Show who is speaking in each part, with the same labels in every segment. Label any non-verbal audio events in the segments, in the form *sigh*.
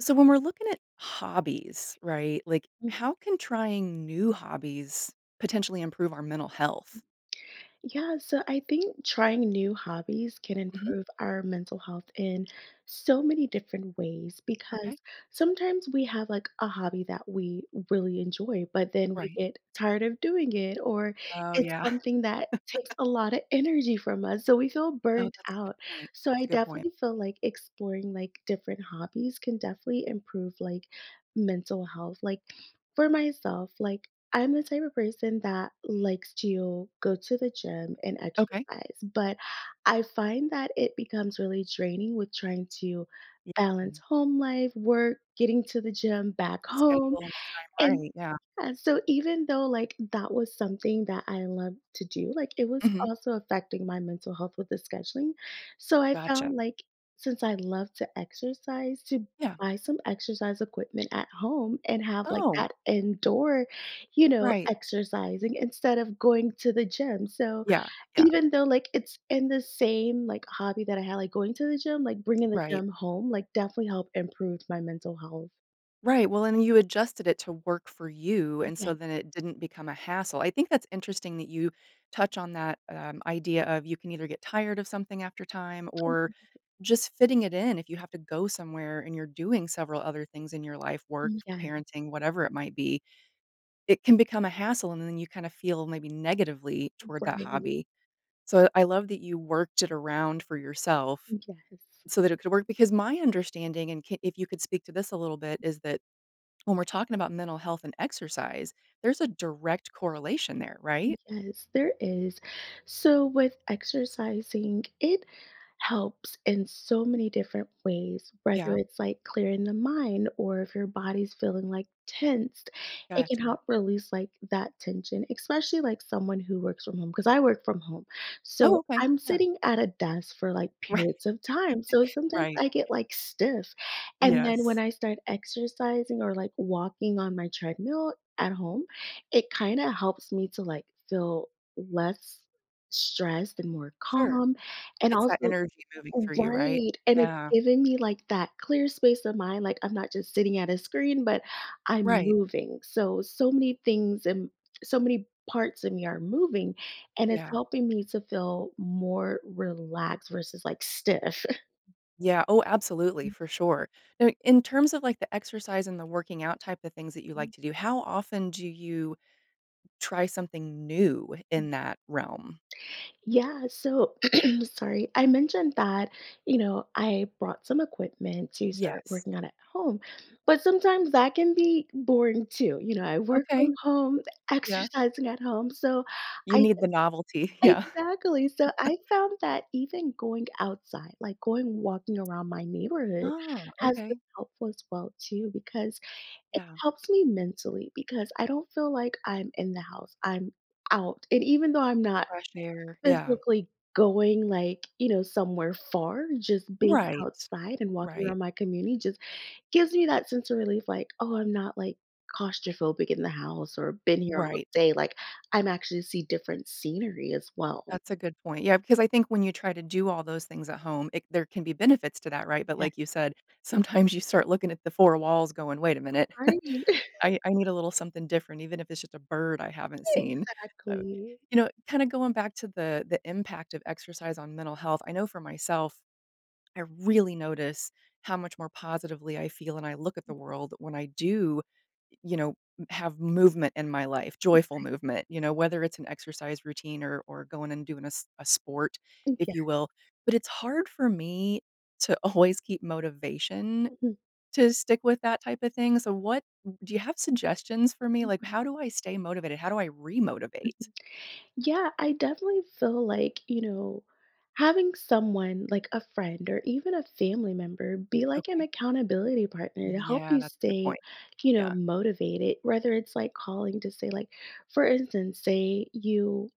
Speaker 1: So when we're looking at hobbies, right? Like
Speaker 2: Mhm.
Speaker 1: how can trying new hobbies potentially improve our mental health?
Speaker 2: Yeah, so I think trying new hobbies can
Speaker 1: Mhm.
Speaker 2: improve our mental health in so many different ways
Speaker 1: Okay.
Speaker 2: because sometimes we have like a hobby that we really enjoy, but then we
Speaker 1: Right.
Speaker 2: get tired of doing it, or
Speaker 1: Oh,
Speaker 2: it's
Speaker 1: yeah. *laughs*
Speaker 2: something that takes a lot of energy from us. So we feel
Speaker 1: Oh,
Speaker 2: burnt
Speaker 1: that's a good
Speaker 2: out.
Speaker 1: point.
Speaker 2: So
Speaker 1: That's
Speaker 2: I
Speaker 1: a good point.
Speaker 2: definitely feel like exploring like different hobbies can definitely improve like mental health. Like for myself, like I'm the type of person that likes to go to the gym and
Speaker 1: Okay.
Speaker 2: exercise, but I find that it becomes really draining with trying to
Speaker 1: Yeah.
Speaker 2: balance home life, work, getting to the gym, back
Speaker 1: The
Speaker 2: home.
Speaker 1: schedule and the time,
Speaker 2: And
Speaker 1: right, yeah.
Speaker 2: yeah, so even though, like, that was something that I loved to do, like, it was
Speaker 1: Mhm.
Speaker 2: also affecting my mental health with the scheduling. So I
Speaker 1: Gotcha.
Speaker 2: found, like, since I love to exercise, to
Speaker 1: Yeah.
Speaker 2: buy some exercise equipment at home and have, like,
Speaker 1: Oh,
Speaker 2: that indoor,
Speaker 1: right.
Speaker 2: exercising instead of going to the gym. So
Speaker 1: Yeah, yeah,
Speaker 2: even though, like, it's in the same, like, hobby that I had, like, going to the gym, like, bringing the
Speaker 1: right.
Speaker 2: gym home, like, definitely helped improve my mental health.
Speaker 1: Right, well, and you adjusted it to work for you, and
Speaker 2: Yeah.
Speaker 1: so then it didn't become a hassle. I think that's interesting that you touch on that, idea of you can either get tired of something after time or just fitting it in if you have to go somewhere and you're doing several other things in your life, work,
Speaker 2: Yeah.
Speaker 1: parenting, whatever it might be. It can become a hassle, and then you kinda feel maybe negatively toward that
Speaker 2: Right.
Speaker 1: hobby. So I love that you worked it around for yourself
Speaker 2: Yes,
Speaker 1: so that it could work because my understanding, and c if you could speak to this a little bit, is that when we're talking about mental health and exercise, there's a direct correlation there, right?
Speaker 2: yes, there is. So, with exercising, it helps in so many different ways, whether
Speaker 1: Yeah,
Speaker 2: it's like clearing the mind or if your body's feeling like tensed, it can
Speaker 1: gotcha.
Speaker 2: help release like that tension, especially like someone who works from home, because I work from home. So,
Speaker 1: Oh, okay.
Speaker 2: I'm
Speaker 1: Yeah. *laughs*
Speaker 2: sitting at a desk for like
Speaker 1: Right.
Speaker 2: periods of time. So, sometimes
Speaker 1: Right.
Speaker 2: I get like stiff. And then when
Speaker 1: Yes.
Speaker 2: I start exercising or like walking on my treadmill at home, it kinda helps me to, like, feel less stressed and more
Speaker 1: Sure.
Speaker 2: calm, and
Speaker 1: It's that
Speaker 2: also.
Speaker 1: energy moving through you, right?
Speaker 2: Right, and it's
Speaker 1: Yeah.
Speaker 2: giving me, like, that clear space of mind, like, I'm not just sitting at a screen, but I'm
Speaker 1: Right.
Speaker 2: moving. So, so many things and so many parts of me are moving, and it's
Speaker 1: Yeah.
Speaker 2: helping me to feel more relaxed versus, like, stiff.
Speaker 1: Yeah. Oh, absolutely. For sure. Now, in terms of like the exercise and the working out type of things that you like
Speaker 2: *laughs*
Speaker 1: to do, how often do you try something new in that realm?
Speaker 2: Yeah, so *clears throat* sorry. I mentioned that, I brought some equipment to start
Speaker 1: Yes.
Speaker 2: working on at home, but sometimes that can be boring too. You know, I work
Speaker 1: Okay.
Speaker 2: from home, *laughs*
Speaker 1: Yeah.
Speaker 2: exercising at home. So
Speaker 1: You
Speaker 2: I
Speaker 1: need the novelty. *laughs* Yeah.
Speaker 2: Exactly. So I found that even going outside, like going walking around my neighborhood,
Speaker 1: Oh,
Speaker 2: has been
Speaker 1: okay.
Speaker 2: helpful as well too, because it
Speaker 1: Yeah.
Speaker 2: helps me mentally because I don't feel like I'm in the house. I'm out. And even though I'm not
Speaker 1: Fresh air, yeah.
Speaker 2: physically going, like, somewhere far, just being
Speaker 1: Right,
Speaker 2: outside and walking
Speaker 1: right,
Speaker 2: around my community just gives me that sense of relief, like, "Oh, I'm not, like, claustrophobic in the house or been here all
Speaker 1: right.
Speaker 2: day," like, I'm actually see different scenery as well.
Speaker 1: That's a good point. Yeah, because I think when you try to do all those things at home, it there can be benefits to that, right? But
Speaker 2: Yeah.
Speaker 1: like you said, sometimes you start looking at the 4 walls going, "Wait a minute, *laughs*
Speaker 2: Right. *laughs*
Speaker 1: I need a little something different, even if it's just a bird I haven't seen." Uh,
Speaker 2: Exactly.
Speaker 1: kinda going back to the impact of exercise on mental health, I know for myself, I really notice how much more positively I feel and I look at the world when I do you know, m have movement in my life, joyful movement, you know, whether it's an exercise routine or going and doing a sport, if
Speaker 2: Yeah.
Speaker 1: you will. But it's hard for me to *laughs* always keep motivation
Speaker 2: Mhm.
Speaker 1: to stick with that type of thing. So what do you have suggestions for me? Like,
Speaker 2: Mhm.
Speaker 1: how do I stay motivated? How do I remotivate?
Speaker 2: Yeah, I definitely feel like, having someone like a friend or even a family member be like an
Speaker 1: Okay.
Speaker 2: accountability partner to help
Speaker 1: Yeah,
Speaker 2: you
Speaker 1: that's a good
Speaker 2: stay,
Speaker 1: point. Yeah.
Speaker 2: motivated, whether it's like calling to say, like, for instance, say you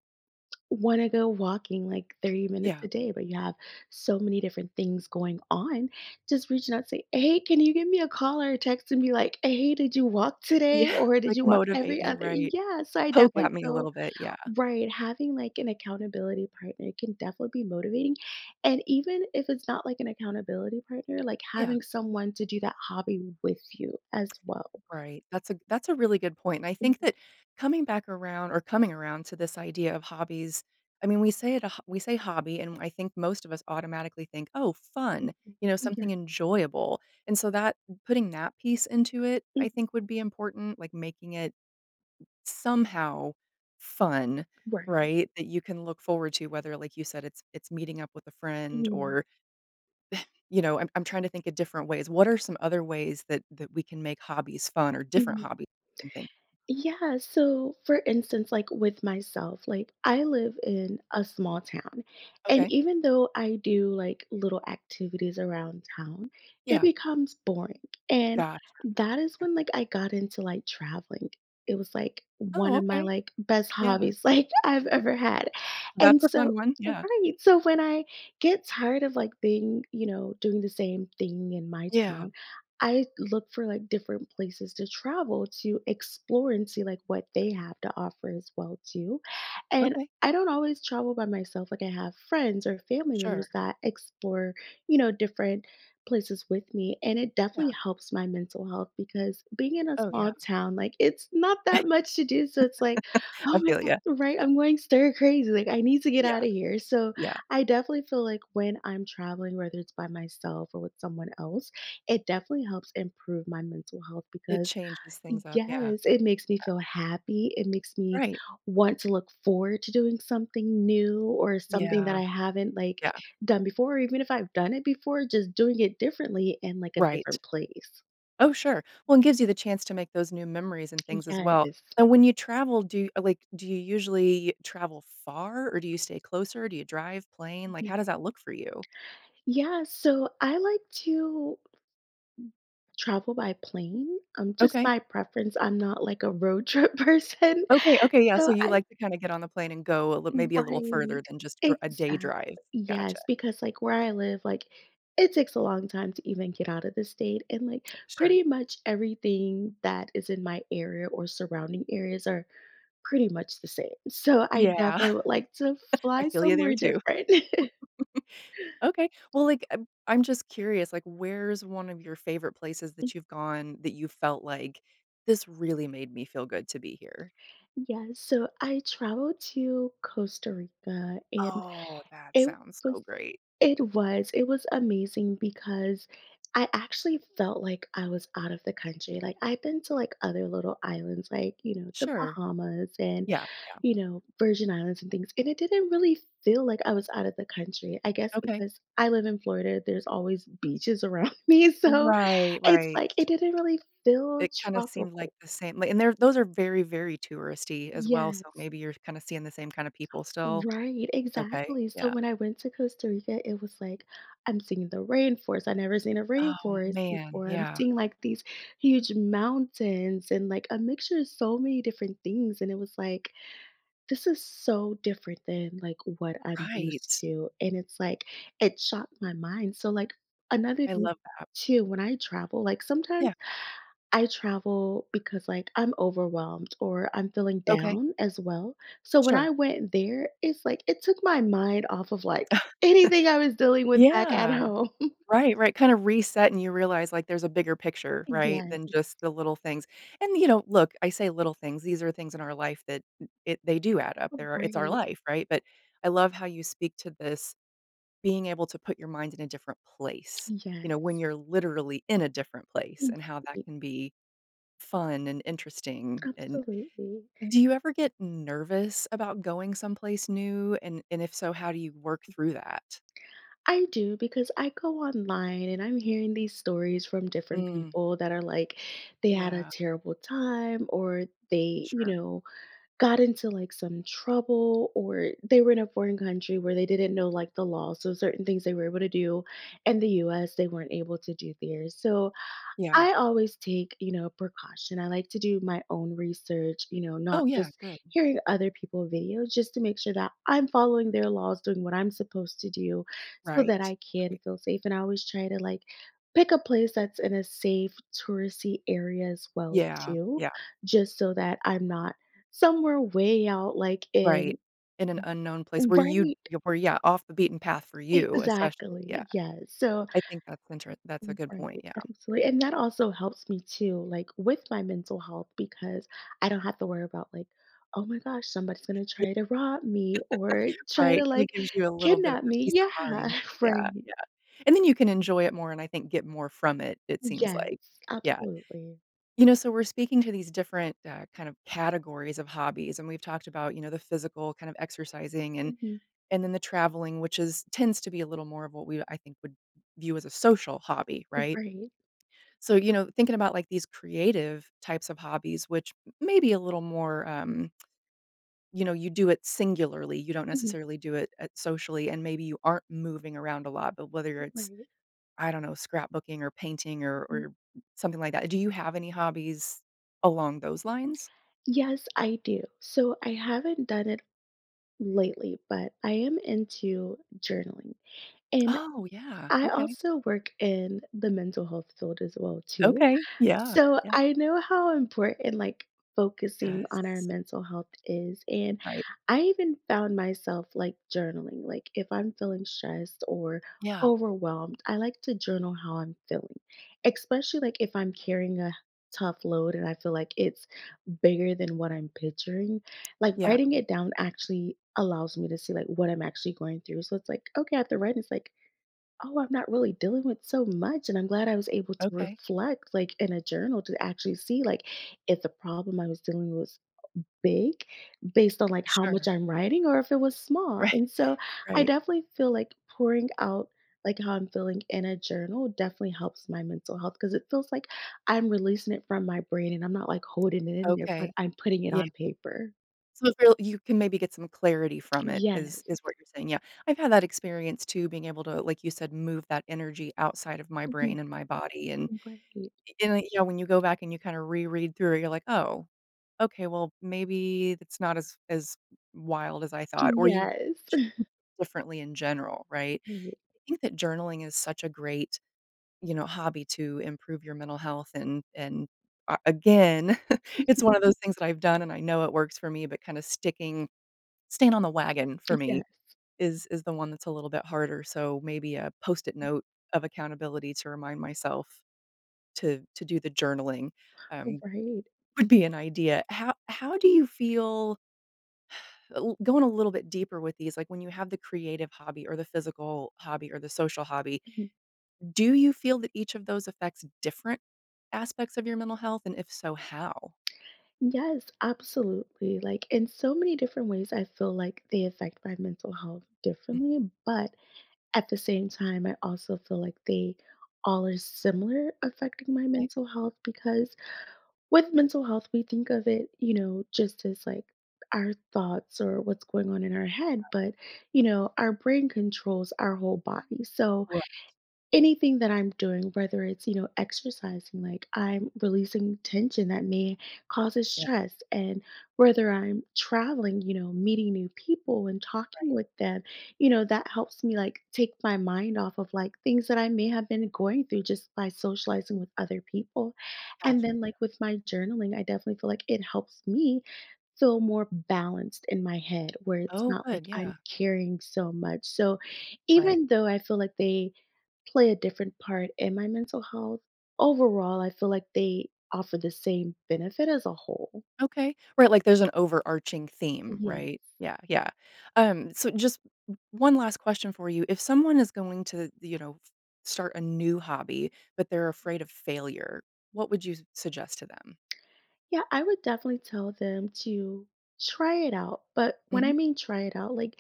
Speaker 2: want to go walking like 30 minutes
Speaker 1: Yeah.
Speaker 2: a day, but you have so many different things going on, just reaching out, say, hey, can you give me a call or a text and be like, hey, did you walk today?
Speaker 1: Yeah. *laughs*
Speaker 2: Or did
Speaker 1: Like,
Speaker 2: you walk every
Speaker 1: motivate me,
Speaker 2: other?
Speaker 1: right?
Speaker 2: Yeah. So I
Speaker 1: Poke
Speaker 2: definitely
Speaker 1: at me a
Speaker 2: feel.
Speaker 1: little bit. Yeah.
Speaker 2: Right, having like an accountability partner can definitely be motivating. And even if it's not like an accountability partner, like
Speaker 1: Yeah.
Speaker 2: having someone to do that hobby with you as well.
Speaker 1: Right. That's a really good point, and I think
Speaker 2: Mhm,
Speaker 1: that coming back around or coming around to this idea of hobbies, I mean, we say it a ho we say hobby, and I think most of us automatically think, "Oh, fun,"
Speaker 2: mhm, yeah.
Speaker 1: something enjoyable, and so that putting that piece into it,
Speaker 2: Mhm,
Speaker 1: I think would be important, like, making it somehow fun,
Speaker 2: right.
Speaker 1: right? That you can look forward to, whether, like you said, it's meeting up with a friend
Speaker 2: Mhm,
Speaker 1: or, I'm trying to think of different ways. What are some other ways that we can make hobbies fun or different
Speaker 2: mhm.
Speaker 1: hobbies and things?
Speaker 2: Yeah, so for instance, like with myself, like I live in a small town, and
Speaker 1: Okay.
Speaker 2: even though I do like little activities around town, it
Speaker 1: Yeah.
Speaker 2: becomes boring. And
Speaker 1: Gotcha.
Speaker 2: that is when like I got into like traveling. It was like one
Speaker 1: Oh,
Speaker 2: of my
Speaker 1: okay.
Speaker 2: like best
Speaker 1: Yeah.
Speaker 2: hobbies *laughs* like I've ever had.
Speaker 1: That's
Speaker 2: And
Speaker 1: a
Speaker 2: so
Speaker 1: fun one. Yeah.
Speaker 2: right, so when I get tired of like being, doing the same thing in my
Speaker 1: Yeah.
Speaker 2: town, I look for like different places to travel to explore and see like what they have to offer as well too. And
Speaker 1: Okay.
Speaker 2: I don't always travel by myself. Like I have friends or family
Speaker 1: Sure.
Speaker 2: members that explore, different places with me. And it
Speaker 1: Yeah.
Speaker 2: definitely helps my mental health because being in a
Speaker 1: Oh, yeah.
Speaker 2: small town, like it's not that much to do. So it's like, oh
Speaker 1: I
Speaker 2: my
Speaker 1: feel you.
Speaker 2: God, right?
Speaker 1: Yeah.
Speaker 2: I'm going stir crazy. Like I need to get
Speaker 1: Yeah.
Speaker 2: out of here. So
Speaker 1: Yeah.
Speaker 2: I definitely feel like when I'm traveling, whether it's by myself or with someone else, it definitely helps improve my mental health
Speaker 1: It
Speaker 2: because
Speaker 1: changes things up. Yeah.
Speaker 2: yes, it makes me feel happy. It makes me
Speaker 1: Right.
Speaker 2: want to look forward to doing something new or something that
Speaker 1: Yeah.
Speaker 2: I haven't like
Speaker 1: Yeah.
Speaker 2: done before, or even if I've done it before, just doing it differently in like a
Speaker 1: Right.
Speaker 2: different place.
Speaker 1: Oh, sure. Well, and gives you the chance to make those new memories and things as well.
Speaker 2: Yes.
Speaker 1: Now, when you travel, do like, do you usually travel far or do you stay closer? Do you drive, plane? Like,
Speaker 2: Mhm.
Speaker 1: how does that look for you?
Speaker 2: Yeah, so I like to travel by plane. Just
Speaker 1: Okay.
Speaker 2: my preference. I'm not like a road trip *laughs* person.
Speaker 1: Okay, okay, yeah, so
Speaker 2: So.
Speaker 1: you like to kinda get on the plane and go a lit maybe a little
Speaker 2: Right.
Speaker 1: further than just dri a day
Speaker 2: Exactly.
Speaker 1: drive. Gotcha,
Speaker 2: Yes, because like where I live, like it takes a long time to even get out of the state. And like
Speaker 1: sure.
Speaker 2: pretty much everything that is in my area or surrounding areas are pretty much the same. So I
Speaker 1: Yeah,
Speaker 2: definitely
Speaker 1: *laughs*
Speaker 2: would like to
Speaker 1: I
Speaker 2: fly
Speaker 1: feel you there
Speaker 2: somewhere
Speaker 1: too.
Speaker 2: different. *laughs*
Speaker 1: Okay, well, like, I'm just curious, like, where's one of your favorite places that you've gone that you felt like, "This really made me feel good to be here?"
Speaker 2: Yes, so I traveled to Costa Rica, and
Speaker 1: Oh, that
Speaker 2: it
Speaker 1: sounds so
Speaker 2: was
Speaker 1: great.
Speaker 2: it was amazing because I actually felt like I was out of the country, like, I've been to, like, other little islands, like, the
Speaker 1: Sure.
Speaker 2: Bahamas and,
Speaker 1: Yeah, yeah,
Speaker 2: Virgin Islands and things, and it didn't really feel like I was out of the country, I guess
Speaker 1: okay.
Speaker 2: because I live in Florida, there's always beaches around *laughs* me, so
Speaker 1: Right,
Speaker 2: it's
Speaker 1: right.
Speaker 2: like it didn't really feel
Speaker 1: It kinda seemed like
Speaker 2: tropical.
Speaker 1: the same like, and there, those are very, very touristy as well, so
Speaker 2: Yes.
Speaker 1: maybe you're kinda seeing the same kind of people still.
Speaker 2: Right,
Speaker 1: Okay,
Speaker 2: exactly. So
Speaker 1: yeah.
Speaker 2: when I went to Costa Rica, it was like, I'm seeing the rainforest. I never seen a
Speaker 1: Oh,
Speaker 2: rainforest
Speaker 1: man,
Speaker 2: before. I'm
Speaker 1: yeah,
Speaker 2: seeing like these huge mountains and like a mixture of so many different things. And it was like, this is so different than like what I'm used
Speaker 1: right.
Speaker 2: to. And it's like, it shocked my mind. So, like, another
Speaker 1: I
Speaker 2: thing
Speaker 1: love that.
Speaker 2: too, when I travel, like sometimes.
Speaker 1: Yeah,
Speaker 2: I travel because like I'm overwhelmed or I'm feeling
Speaker 1: okay,
Speaker 2: down as well. So when I
Speaker 1: sure.
Speaker 2: went there, it's like it took my mind off of like *laughs*
Speaker 1: *laughs*
Speaker 2: anything I was dealing with back at
Speaker 1: Yeah,
Speaker 2: home. *laughs*
Speaker 1: right, right, kinda reset and you realize, like, there's a bigger picture, right, than
Speaker 2: Yes,
Speaker 1: just the little things, and, look, I say little things, these are things in our life that it they do add up, there, it's our
Speaker 2: right.
Speaker 1: life, right, but I love how you speak to this being able to put your mind in a different place, when
Speaker 2: Yes,
Speaker 1: you're literally in a different place and how that
Speaker 2: right.
Speaker 1: can be fun and interesting and
Speaker 2: Absolutely.
Speaker 1: Do you ever get nervous about going someplace new? And if so, how do you work through that?
Speaker 2: I do because I go online and I'm hearing these stories from different
Speaker 1: Mm,
Speaker 2: people that are like they had a
Speaker 1: yeah,
Speaker 2: terrible time or they,
Speaker 1: sure.
Speaker 2: got into like some trouble or they were in a foreign country where they didn't know like the law, so certain things they were able to do in the US they weren't able to do there. So
Speaker 1: Yeah.
Speaker 2: I always take, precaution. I like to do my own research, not
Speaker 1: Oh, yeah,
Speaker 2: just
Speaker 1: good.
Speaker 2: hearing other people videos just to make sure that I'm following their laws, doing what I'm supposed to do so that
Speaker 1: Right,
Speaker 2: I can
Speaker 1: right.
Speaker 2: feel safe. And I always try to like pick a place that's in a safe touristy area as well
Speaker 1: Yeah,
Speaker 2: too,
Speaker 1: yeah,
Speaker 2: just so that I'm not somewhere way out like
Speaker 1: right.
Speaker 2: in.
Speaker 1: In an unknown place where you
Speaker 2: Right,
Speaker 1: you were, yeah, off the beaten path for you, especially. Yeah,
Speaker 2: exactly. Yes. So.
Speaker 1: I think that's inter that's a
Speaker 2: Mm,
Speaker 1: good
Speaker 2: right,
Speaker 1: point, yeah.
Speaker 2: absolutely. And that also helps me too, like with my mental health, because I don't have to worry about, like, oh my gosh, somebody's going to
Speaker 1: Yeah,
Speaker 2: try to rob me or try to
Speaker 1: right, kinda
Speaker 2: like
Speaker 1: gives you a little bit of
Speaker 2: kidnap
Speaker 1: a
Speaker 2: me.
Speaker 1: peace of
Speaker 2: Yeah,
Speaker 1: mind.
Speaker 2: *laughs*
Speaker 1: Yeah,
Speaker 2: right.
Speaker 1: yeah. And then you can enjoy it more and I think get more from it, it seems like.
Speaker 2: Yes,
Speaker 1: Yeah.
Speaker 2: absolutely.
Speaker 1: You know, so we're speaking to these different kind of categories of hobbies, and we've talked about the physical kind of exercising, and
Speaker 2: Mhm,
Speaker 1: and then the traveling, which is tends to be a little more of what we, I think, would view as a social hobby, right?
Speaker 2: right.
Speaker 1: So thinking about like these creative types of hobbies, which may be a little more, you do it singularly, you don't
Speaker 2: Mhm,
Speaker 1: necessarily do it socially, and maybe you aren't moving around a lot. But whether it's
Speaker 2: right.
Speaker 1: I don't know scrapbooking or painting or
Speaker 2: Mhm.
Speaker 1: or something like that, do you have any hobbies along those lines?
Speaker 2: Yes, I do. So I haven't done it lately, but I am into journaling. And
Speaker 1: Oh, yeah.
Speaker 2: I
Speaker 1: Okay.
Speaker 2: also work in the mental health field as well too.
Speaker 1: Okay. Yeah.
Speaker 2: So
Speaker 1: Yeah.
Speaker 2: I know how important like focusing on our
Speaker 1: Yes.
Speaker 2: mental health is, and
Speaker 1: Right.
Speaker 2: I even found myself like journaling. Like if I'm feeling stressed or
Speaker 1: Yeah.
Speaker 2: overwhelmed, I like to journal how I'm feeling. Especially like if I'm carrying a tough load and I feel like it's bigger than what I'm picturing. Like
Speaker 1: Yeah.
Speaker 2: writing it down actually allows me to see like what I'm actually going through. So it's like okay, after writing it's like oh, I'm not really dealing with so much. And I'm glad I was able to
Speaker 1: Okay.
Speaker 2: reflect, like in a journal, to actually see, like, if the problem I was dealing with was big based on like how
Speaker 1: Sure.
Speaker 2: much
Speaker 1: *laughs*
Speaker 2: I'm writing or if it was small.
Speaker 1: Right.
Speaker 2: And so I
Speaker 1: Right.
Speaker 2: definitely feel like pouring out like how I'm feeling in a journal definitely helps my mental health because it feels like I'm releasing it from my brain and I'm not like holding it in there, but
Speaker 1: Okay.
Speaker 2: I'm putting it
Speaker 1: Yeah.
Speaker 2: on paper.
Speaker 1: So, if you'll you can maybe get some clarity from it is
Speaker 2: Yes.
Speaker 1: is what you're saying. Yeah. I've had that experience too, being able to, like you said, move that energy outside of my
Speaker 2: Mhm.
Speaker 1: brain and my body, and
Speaker 2: Right.
Speaker 1: and, like, when you go back and you kinda reread through it, you're like, "Oh, okay, well, maybe it's not as wild as I thought," or you
Speaker 2: Yes. *laughs*
Speaker 1: differently in general, right?
Speaker 2: Right.
Speaker 1: I think that journaling is such a great hobby to improve your mental health and a again, *laughs* it's one of those things that I've done and I know it works for me, but kinda sticking staying on the wagon for
Speaker 2: Yeah.
Speaker 1: me is the one that's a little bit harder, so maybe a Post-it note of accountability to remind myself to do the journaling, um,
Speaker 2: Right.
Speaker 1: would be an idea. How do you feel l going a little bit deeper with these, like, when you have the creative hobby or the physical hobby or the social hobby, do you feel that each of those affects different aspects of your mental health, and if so, how?
Speaker 2: Yes, absolutely. Like in so many different ways, I feel like they affect my mental health
Speaker 1: Mm,
Speaker 2: differently. But at the same time, I also feel like they all are similar affecting my mental health because with mental health, we think of it, just as like our thoughts or what's going on in our head. But, our brain controls our whole body. So,
Speaker 1: right,
Speaker 2: anything that I'm doing, whether it's, exercising, like I'm releasing tension that may causes
Speaker 1: yeah,
Speaker 2: stress, and whether I'm traveling, meeting new people and talking
Speaker 1: right,
Speaker 2: with them, that helps me like take my mind off of like things that I may have been going through just by socializing with other people. And
Speaker 1: gotcha.
Speaker 2: then
Speaker 1: Yeah.
Speaker 2: like with my journaling, I definitely feel like it helps me feel more balanced in my head where it's
Speaker 1: Oh,
Speaker 2: not like
Speaker 1: good,
Speaker 2: I'm
Speaker 1: yeah.
Speaker 2: carrying so much. So
Speaker 1: Right.
Speaker 2: even though I feel like they play a different part in my mental health, overall, I feel like they offer the same benefit as a whole.
Speaker 1: Okay. Right, like, there's an overarching theme,
Speaker 2: Yeah.
Speaker 1: right? Yeah, yeah. So just one last question for you. If someone is going to, you know, f start a new hobby, but they're afraid of failure, what would you s suggest to them?
Speaker 2: Yeah, I would definitely tell them to try it out. But when
Speaker 1: Mhm,
Speaker 2: I mean try it out, like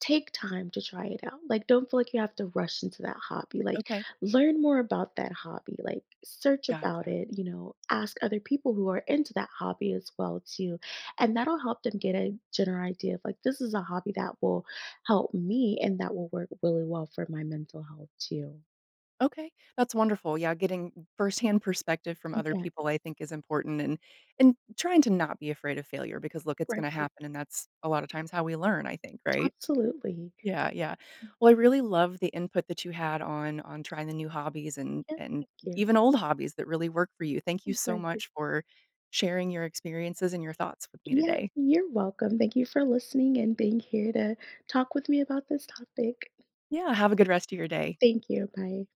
Speaker 2: take time to try it out. Like don't feel like you have to rush into that hobby. Like
Speaker 1: okay,
Speaker 2: learn more about that hobby. Like search about
Speaker 1: gotcha.
Speaker 2: it, ask other people who are into that hobby as well too. And that'll help them get a general idea of like this is a hobby that will help me and that will work really well for my mental health too.
Speaker 1: Okay, that's wonderful. Yeah, getting firsthand perspective from other
Speaker 2: Yeah,
Speaker 1: people I think is important and trying to not be afraid of failure because look, it's gonna
Speaker 2: right.
Speaker 1: happen and that's a lot of times how we learn, I think, right?
Speaker 2: Absolutely.
Speaker 1: Yeah, yeah. Well, I really love the input that you had on trying the new hobbies
Speaker 2: Yeah,
Speaker 1: and
Speaker 2: thank you.
Speaker 1: even old hobbies that really work for you. Thank you so
Speaker 2: Right.
Speaker 1: much for sharing your experiences and your thoughts with me
Speaker 2: Yeah,
Speaker 1: today.
Speaker 2: you're welcome. Thank you for listening and being here to talk with me about this topic.
Speaker 1: Yeah, have a good rest of your day.
Speaker 2: Thank you. Bye.